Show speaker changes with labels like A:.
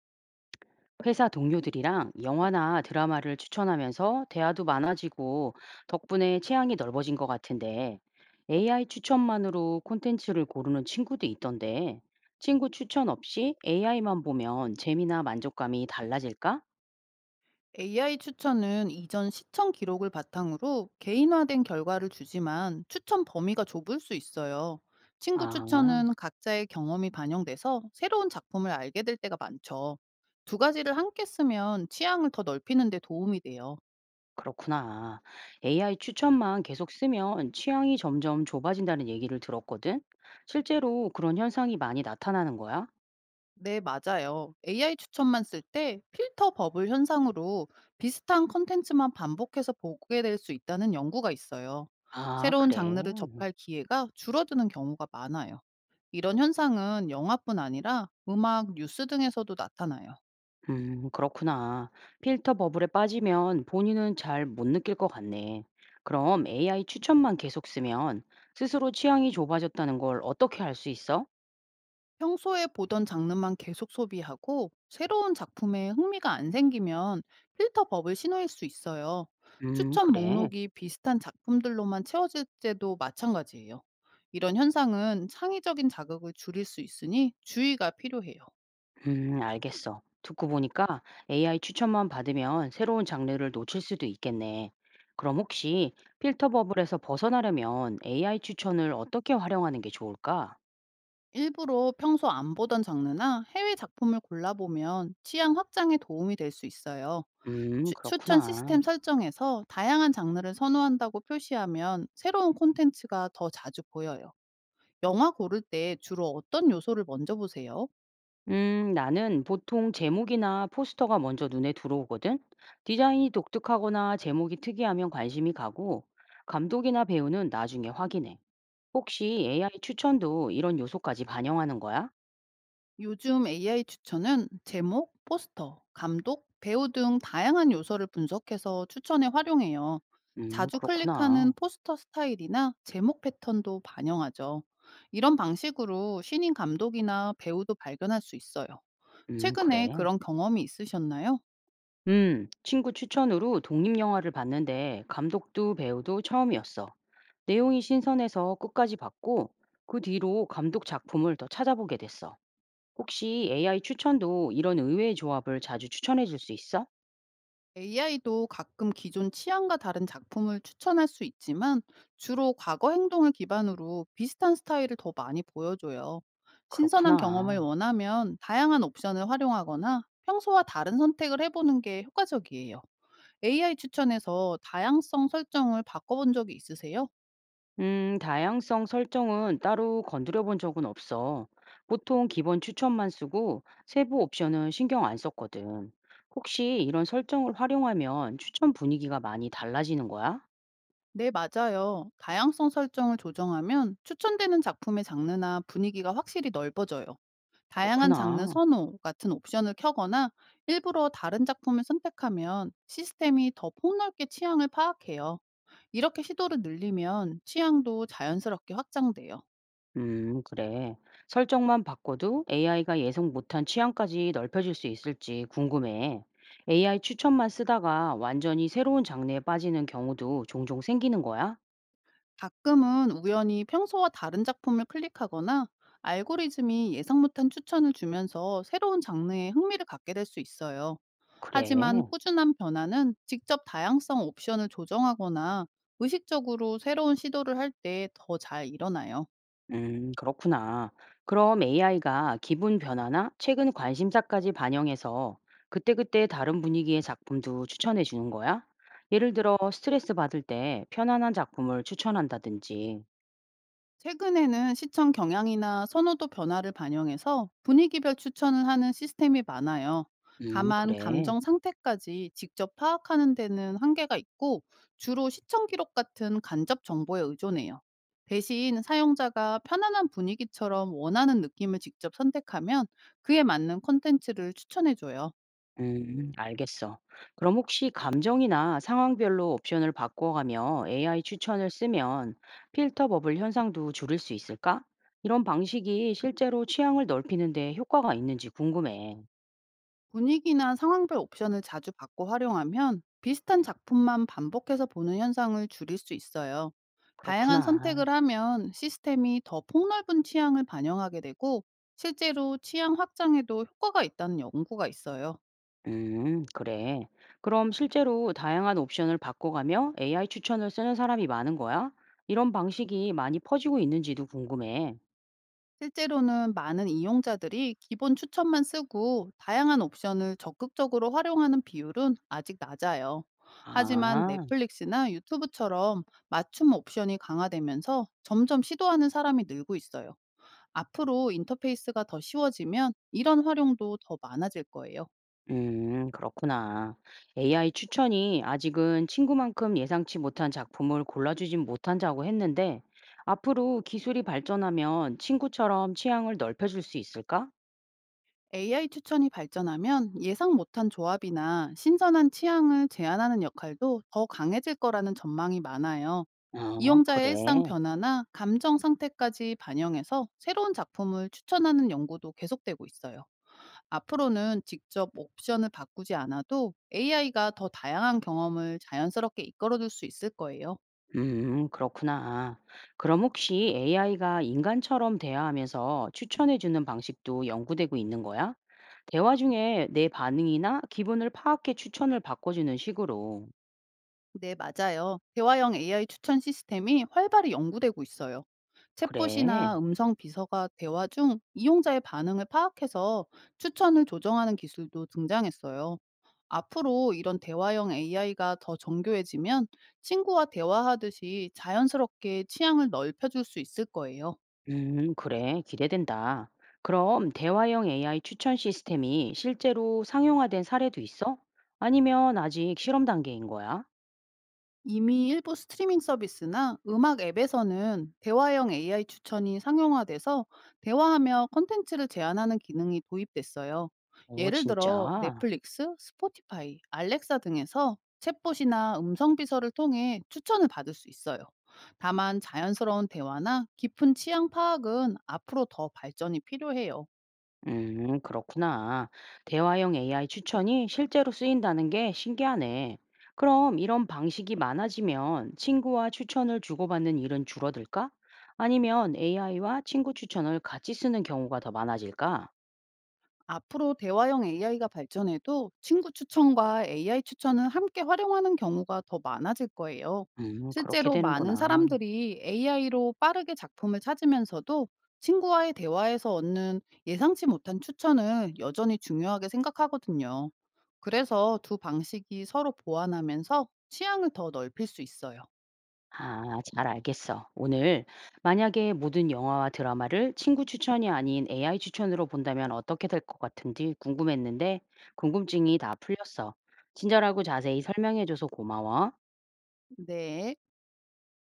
A: 회사 동료들이랑 영화나 드라마를 추천하면서 대화도 많아지고 덕분에 취향이 넓어진 것 같은데 AI 추천만으로 콘텐츠를 고르는 친구도 있던데 친구 추천 없이 AI만 보면 재미나 만족감이 달라질까?
B: AI 추천은 이전 시청 기록을 바탕으로 개인화된 결과를 주지만 추천 범위가 좁을 수 있어요. 친구
A: 아,
B: 추천은 각자의 경험이 반영돼서 새로운 작품을 알게 될 때가 많죠. 두 가지를 함께 쓰면 취향을 더 넓히는 데 도움이 돼요.
A: 그렇구나. AI 추천만 계속 쓰면 취향이 점점 좁아진다는 얘기를 들었거든? 실제로 그런 현상이 많이 나타나는 거야?
B: 네, 맞아요. AI 추천만 쓸 때 필터 버블 현상으로 비슷한 컨텐츠만 반복해서 보게 될 수 있다는 연구가 있어요.
A: 아,
B: 새로운
A: 그래.
B: 장르를 접할 기회가 줄어드는 경우가 많아요. 이런 현상은 영화뿐 아니라 음악, 뉴스 등에서도 나타나요.
A: 그렇구나. 필터 버블에 빠지면 본인은 잘 못 느낄 것 같네. 그럼 AI 추천만 계속 쓰면 스스로 취향이 좁아졌다는 걸 어떻게 알 수 있어?
B: 평소에 보던 장르만 계속 소비하고 새로운 작품에 흥미가 안 생기면 필터 버블 신호일 수 있어요. 추천
A: 그래.
B: 목록이 비슷한 작품들로만 채워질 때도 마찬가지예요. 이런 현상은 창의적인 자극을 줄일 수 있으니 주의가 필요해요.
A: 알겠어. 듣고 보니까 AI 추천만 받으면 새로운 장르를 놓칠 수도 있겠네. 그럼 혹시 필터 버블에서 벗어나려면 AI 추천을 어떻게 활용하는 게 좋을까?
B: 일부러 평소 안 보던 장르나 해외 작품을 골라보면 취향 확장에 도움이 될 수 있어요. 추 추천
A: 그렇구나.
B: 시스템 설정에서 다양한 장르를 선호한다고 표시하면 새로운 콘텐츠가 더 자주 보여요. 영화 고를 때 주로 어떤 요소를 먼저 보세요?
A: 나는 보통 제목이나 포스터가 먼저 눈에 들어오거든. 디자인이 독특하거나 제목이 특이하면 관심이 가고, 감독이나 배우는 나중에 확인해. 혹시 AI 추천도 이런 요소까지 반영하는 거야?
B: 요즘 AI 추천은 제목, 포스터, 감독, 배우 등 다양한 요소를 분석해서 추천에 활용해요. 자주 클릭하는
A: 그렇구나.
B: 포스터 스타일이나 제목 패턴도 반영하죠. 이런 방식으로 신인 감독이나 배우도 발견할 수 있어요. 최근에
A: 그래.
B: 그런 경험이 있으셨나요?
A: 친구 추천으로 독립영화를 봤는데, 감독도 배우도 처음이었어. 내용이 신선해서 끝까지 봤고, 그 뒤로 감독 작품을 더 찾아보게 됐어. 혹시 AI 추천도 이런 의외의 조합을 자주 추천해 줄 수 있어?
B: AI도 가끔 기존 취향과 다른 작품을 추천할 수 있지만, 주로 과거 행동을 기반으로 비슷한 스타일을 더 많이 보여줘요. 신선한 경험을
A: 그렇구나.
B: 원하면 다양한 옵션을 활용하거나 평소와 다른 선택을 해보는 게 효과적이에요. AI 추천에서 다양성 설정을 바꿔본 적이 있으세요?
A: 다양성 설정은 따로 건드려 본 적은 없어. 보통 기본 추천만 쓰고 세부 옵션은 신경 안 썼거든. 혹시 이런 설정을 활용하면 추천 분위기가 많이 달라지는 거야?
B: 네, 맞아요. 다양성 설정을 조정하면 추천되는 작품의 장르나 분위기가 확실히 넓어져요. 다양한 장르
A: 그렇구나.
B: 선호 같은 옵션을 켜거나 일부러 다른 작품을 선택하면 시스템이 더 폭넓게 취향을 파악해요. 이렇게 시도를 늘리면 취향도 자연스럽게 확장돼요.
A: 그래. 설정만 바꿔도 AI가 예상 못한 취향까지 넓혀질 수 있을지 궁금해. AI 추천만 쓰다가 완전히 새로운 장르에 빠지는 경우도 종종 생기는 거야?
B: 가끔은 우연히 평소와 다른 작품을 클릭하거나 알고리즘이 예상 못한 추천을 주면서 새로운 장르에 흥미를 갖게 될 수 있어요.
A: 그래.
B: 하지만 꾸준한 변화는 직접 다양성 옵션을 조정하거나 의식적으로 새로운 시도를 할 때 더 잘 일어나요.
A: 그렇구나. 그럼 AI가 기분 변화나 최근 관심사까지 반영해서 그때그때 다른 분위기의 작품도 추천해 주는 거야? 예를 들어 스트레스 받을 때 편안한 작품을 추천한다든지.
B: 최근에는 시청 경향이나 선호도 변화를 반영해서 분위기별 추천을 하는 시스템이 많아요. 다만
A: 그래.
B: 감정 상태까지 직접 파악하는 데는 한계가 있고, 주로 시청 기록 같은 간접 정보에 의존해요. 대신 사용자가 편안한 분위기처럼 원하는 느낌을 직접 선택하면 그에 맞는 콘텐츠를 추천해줘요.
A: 알겠어. 그럼 혹시 감정이나 상황별로 옵션을 바꿔가며 AI 추천을 쓰면 필터 버블 현상도 줄일 수 있을까? 이런 방식이 실제로 취향을 넓히는데 효과가 있는지 궁금해.
B: 분위기나 상황별 옵션을 자주 바꿔 활용하면 비슷한 작품만 반복해서 보는 현상을 줄일 수 있어요. 다양한
A: 그렇구나.
B: 선택을 하면 시스템이 더 폭넓은 취향을 반영하게 되고, 실제로 취향 확장에도 효과가 있다는 연구가 있어요.
A: 그래. 그럼 실제로 다양한 옵션을 바꿔가며 AI 추천을 쓰는 사람이 많은 거야? 이런 방식이 많이 퍼지고 있는지도 궁금해.
B: 실제로는 많은 이용자들이 기본 추천만 쓰고, 다양한 옵션을 적극적으로 활용하는 비율은 아직 낮아요. 하지만
A: 아.
B: 넷플릭스나 유튜브처럼 맞춤 옵션이 강화되면서 점점 시도하는 사람이 늘고 있어요. 앞으로 인터페이스가 더 쉬워지면 이런 활용도 더 많아질 거예요.
A: 그렇구나. AI 추천이 아직은 친구만큼 예상치 못한 작품을 골라주진 못한다고 했는데, 앞으로 기술이 발전하면 친구처럼 취향을 넓혀줄 수 있을까?
B: AI 추천이 발전하면 예상 못한 조합이나 신선한 취향을 제안하는 역할도 더 강해질 거라는 전망이 많아요.
A: 어,
B: 이용자의
A: 그래.
B: 일상 변화나 감정 상태까지 반영해서 새로운 작품을 추천하는 연구도 계속되고 있어요. 앞으로는 직접 옵션을 바꾸지 않아도 AI가 더 다양한 경험을 자연스럽게 이끌어줄 수 있을 거예요.
A: 그렇구나. 그럼 혹시 AI가 인간처럼 대화하면서 추천해주는 방식도 연구되고 있는 거야? 대화 중에 내 반응이나 기분을 파악해 추천을 바꿔주는 식으로.
B: 네, 맞아요. 대화형 AI 추천 시스템이 활발히 연구되고 있어요.
A: 그래.
B: 챗봇이나 음성 비서가 대화 중 이용자의 반응을 파악해서 추천을 조정하는 기술도 등장했어요. 앞으로 이런 대화형 AI가 더 정교해지면 친구와 대화하듯이 자연스럽게 취향을 넓혀줄 수 있을 거예요.
A: 그래. 기대된다. 그럼 대화형 AI 추천 시스템이 실제로 상용화된 사례도 있어? 아니면 아직 실험 단계인 거야?
B: 이미 일부 스트리밍 서비스나 음악 앱에서는 대화형 AI 추천이 상용화돼서 대화하며 콘텐츠를 제안하는 기능이 도입됐어요.
A: 어,
B: 예를 들어
A: 진짜?
B: 넷플릭스, 스포티파이, 알렉사 등에서 챗봇이나 음성 비서를 통해 추천을 받을 수 있어요. 다만 자연스러운 대화나 깊은 취향 파악은 앞으로 더 발전이 필요해요.
A: 그렇구나. 대화형 AI 추천이 실제로 쓰인다는 게 신기하네. 그럼 이런 방식이 많아지면 친구와 추천을 주고받는 일은 줄어들까? 아니면 AI와 친구 추천을 같이 쓰는 경우가 더 많아질까?
B: 앞으로 대화형 AI가 발전해도 친구 추천과 AI 추천을 함께 활용하는 경우가 더 많아질 거예요.
A: 그렇게
B: 실제로 많은
A: 되는구나.
B: 사람들이 AI로 빠르게 작품을 찾으면서도 친구와의 대화에서 얻는 예상치 못한 추천을 여전히 중요하게 생각하거든요. 그래서 두 방식이 서로 보완하면서 취향을 더 넓힐 수 있어요.
A: 아, 잘 알겠어. 오늘 만약에 모든 영화와 드라마를 친구 추천이 아닌 AI 추천으로 본다면 어떻게 될 것 같은지 궁금했는데 궁금증이 다 풀렸어. 친절하고 자세히 설명해줘서 고마워.
B: 네.